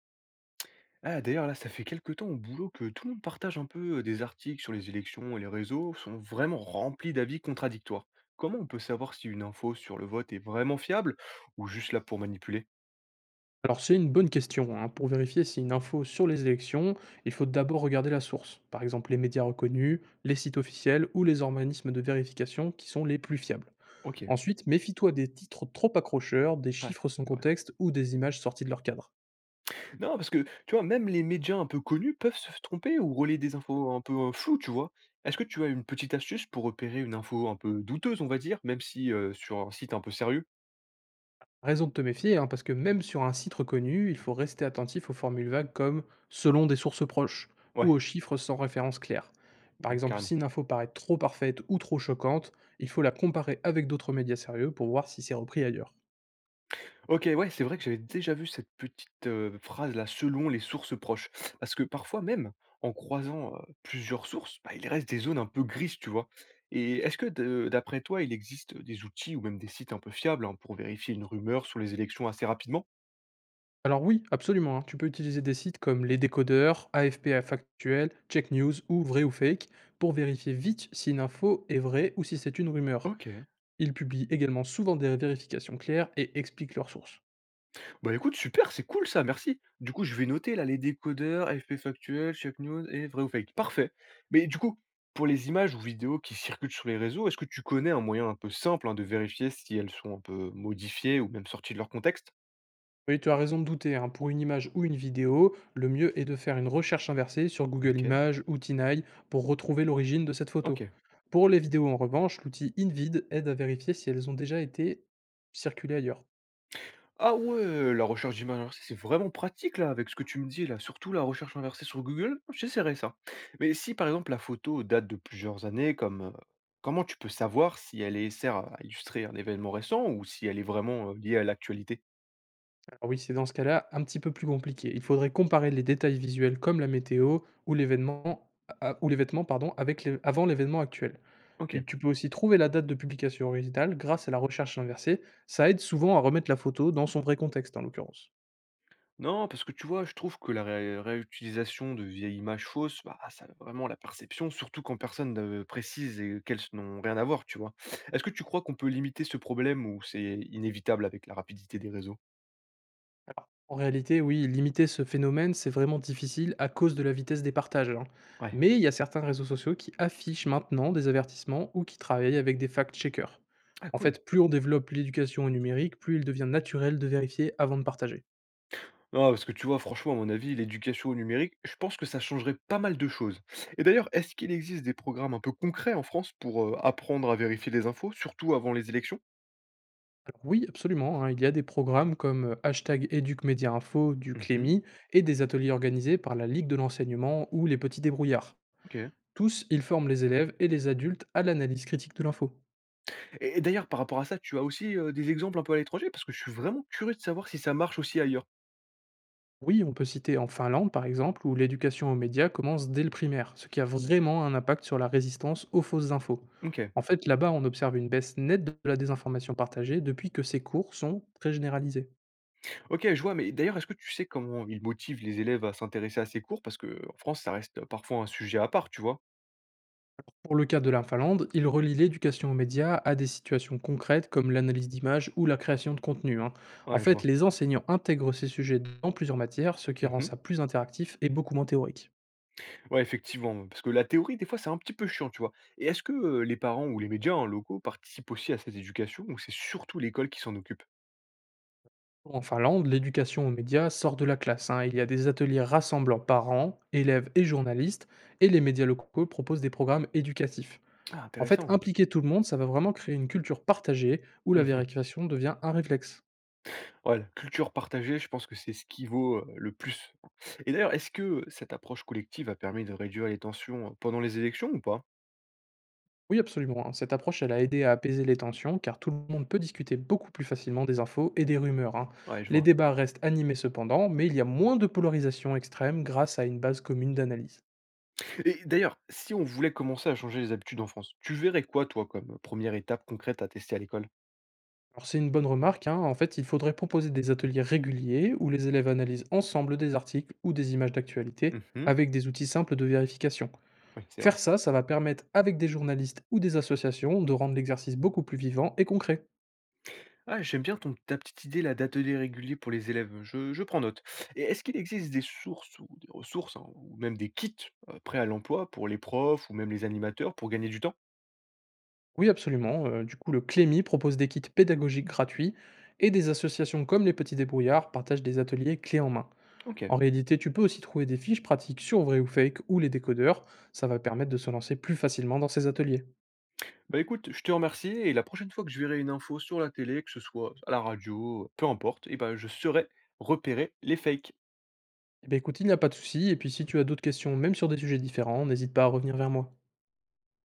Ah, d'ailleurs, là, ça fait quelque temps au boulot que tout le monde partage un peu des articles sur les élections et les réseaux sont vraiment remplis d'avis contradictoires. Comment on peut savoir si une info sur le vote est vraiment fiable ou juste là pour manipuler? Alors c'est une bonne question, hein. Pour vérifier si une info sur les élections, il faut d'abord regarder la source. Par exemple les médias reconnus, les sites officiels ou les organismes de vérification qui sont les plus fiables. Ok, Ensuite, méfie-toi des titres trop accrocheurs, des ouais, chiffres sans c'est vrai. contexte ou des images sorties de leur cadre. Non, parce que, tu vois, même les médias un peu connus peuvent se tromper ou relayer des infos un peu floues, tu vois. Est-ce que tu as une petite astuce pour repérer une info un peu douteuse, on va dire, même si sur un site un peu sérieux? Raison de te méfier, hein, parce que même sur un site reconnu, il faut rester attentif aux formules vagues comme selon des sources proches ou aux Ouais, chiffres sans référence claire. Par mm, exemple, carrément. si une info paraît trop parfaite ou trop choquante, il faut la comparer avec d'autres médias sérieux pour voir si c'est repris ailleurs. OK, ouais, c'est vrai que j'avais déjà vu cette petite, phrase-là, selon les sources proches. Parce que parfois même, en croisant, plusieurs sources, bah, il reste des zones un peu grises, tu vois? Et est-ce que de d'après toi, il existe des outils ou même des sites un peu fiables, hein, pour vérifier une rumeur sur les élections assez rapidement? Alors oui, absolument, hein. Tu peux utiliser des sites comme Les Décodeurs, AFP à Factuel, Check News ou Vrai ou Fake pour vérifier vite si une info est vraie ou si c'est une rumeur. OK. Ils publient également souvent des vérifications claires et expliquent leurs sources. Bah, écoute, super, c'est cool ça, merci. Du coup, je vais noter là les décodeurs, effets factuel, check news et vrai ou fake. Parfait. Mais du coup, pour les images ou vidéos qui circulent sur les réseaux, est-ce que tu connais un moyen un peu simple hein, de vérifier si elles sont un peu modifiées ou même sorties de leur contexte? Oui, tu as raison de douter, hein. Pour une image ou une vidéo, le mieux est de faire une recherche inversée sur Google Ok. Images ou Tinaille pour retrouver l'origine de cette Ok. photo. Pour les vidéos en revanche, l'outil InVid aide à vérifier si elles ont déjà été circulées ailleurs. Ah ouais, la recherche d'images inversées, c'est vraiment pratique là, avec ce que tu me dis là, surtout la recherche inversée sur Google, j'essaierai ça. Mais si par exemple la photo date de plusieurs années, comme comment tu peux savoir si sert à illustrer un événement récent ou si elle est vraiment liée à l'actualité? Alors oui, c'est dans ce cas-là un petit peu plus compliqué. Il faudrait comparer les détails visuels comme la météo ou l'événement ou les vêtements pardon, avec avant l'événement actuel. Ok. Et tu peux aussi trouver la date de publication originale grâce à la recherche inversée. Ça aide souvent à remettre la photo dans son vrai contexte en l'occurrence. Non, parce que tu vois, je trouve que la réutilisation de vieilles images fausses, bah, ça a vraiment la perception, surtout quand personne ne précise et qu'elles n'ont rien à voir, tu vois. Est-ce que tu crois qu'on peut limiter ce problème ou c'est inévitable avec la rapidité des réseaux? En réalité, oui, limiter ce phénomène, c'est vraiment difficile à cause de la vitesse des partages, hein. Ouais. Mais il y a certains réseaux sociaux qui affichent maintenant des avertissements ou qui travaillent avec des fact-checkers. Ah En cool. fait, plus on développe l'éducation au numérique, plus il devient naturel de vérifier avant de partager. Non, parce que tu vois, franchement, à mon avis, l'éducation au numérique, je pense que ça changerait pas mal de choses. Et d'ailleurs, est-ce qu'il existe des programmes un peu concrets en France pour apprendre à vérifier les infos, surtout avant les élections? Alors oui, absolument, hein, il y a des programmes comme hashtag #EducMediaInfo du Mhm, Clémy et des ateliers organisés par la Ligue de l'enseignement ou les petits débrouillards. ok. Tous, ils forment les élèves et les adultes à l'analyse critique de l'info. Et d'ailleurs, par rapport à ça, tu as aussi des exemples un peu à l'étranger, parce que je suis vraiment curieux de savoir si ça marche aussi ailleurs. Oui, on peut citer en Finlande, par exemple, où l'éducation aux médias commence dès le primaire, ce qui a vraiment un impact sur la résistance aux fausses infos. Ok, En fait, là-bas, on observe une baisse nette de la désinformation partagée depuis que ces cours sont très généralisés. ok, je vois, mais d'ailleurs, est-ce que tu sais comment ils motivent les élèves à s'intéresser à ces cours? Parce que en France, ça reste parfois un sujet à part, tu vois. Pour le cas de la Finlande, il relie l'éducation aux médias à des situations concrètes comme l'analyse d'images ou la création de contenu, hein. En Ouais, je fait, vois. les enseignants intègrent ces sujets dans plusieurs matières, ce qui rend Mhm. ça plus interactif et beaucoup moins théorique. Ouais, effectivement, parce que la théorie, des fois, c'est un petit peu chiant, tu vois? Et est-ce que, les parents ou les médias, hein, locaux participent aussi à cette éducation ou c'est surtout l'école qui s'en occupe? En Finlande, l'éducation aux médias sort de la classe, hein. Il y a des ateliers rassemblant parents, élèves et journalistes, et les médias locaux proposent des programmes éducatifs. Ah En fait, intéressant. impliquer tout le monde, ça va vraiment créer une culture partagée où la Mmh. vérification devient un réflexe. Ouais, la culture partagée, je pense que c'est ce qui vaut, le plus. Et d'ailleurs, est-ce que, cette approche collective a permis de réduire les tensions, pendant les élections ou pas? Oui, absolument, hein. Cette approche, elle a aidé à apaiser les tensions, car tout le monde peut discuter beaucoup plus facilement des infos et des rumeurs, hein. Ouais, je Les vois. débats restent animés cependant, mais il y a moins de polarisation extrême grâce à une base commune d'analyse. Et d'ailleurs, si on voulait commencer à changer les habitudes en France, tu verrais quoi, toi, comme, première étape concrète à tester à l'école? Alors c'est une bonne remarque, hein. En fait, il faudrait proposer des ateliers réguliers où les élèves analysent ensemble des articles ou des images d'actualité Mmh. avec des outils simples de vérification. Oui, c'est vrai. Faire ça, ça va permettre, avec des journalistes ou des associations, de rendre l'exercice beaucoup plus vivant et concret. Ah, j'aime bien ton, ta petite idée là d'atelier régulier pour les élèves, je prends note. Et est-ce qu'il existe des sources ou des ressources, hein, ou même des kits prêts à l'emploi pour les profs ou même les animateurs pour gagner du temps? Oui, absolument. Du coup, le CLEMI propose des kits pédagogiques gratuits et des associations comme les Petits Débrouillards partagent des ateliers clés en main. Ok. En réalité, tu peux aussi trouver des fiches pratiques sur vrai ou fake ou les décodeurs. Ça va permettre de se lancer plus facilement dans ces ateliers. Bah écoute, je te remercie et la prochaine fois que je verrai une info sur la télé, que ce soit à la radio, peu importe, et ben je saurai repérer les fakes. Eh ben écoute, il n'y a pas de souci. Et puis si tu as d'autres questions, même sur des sujets différents, n'hésite pas à revenir vers moi.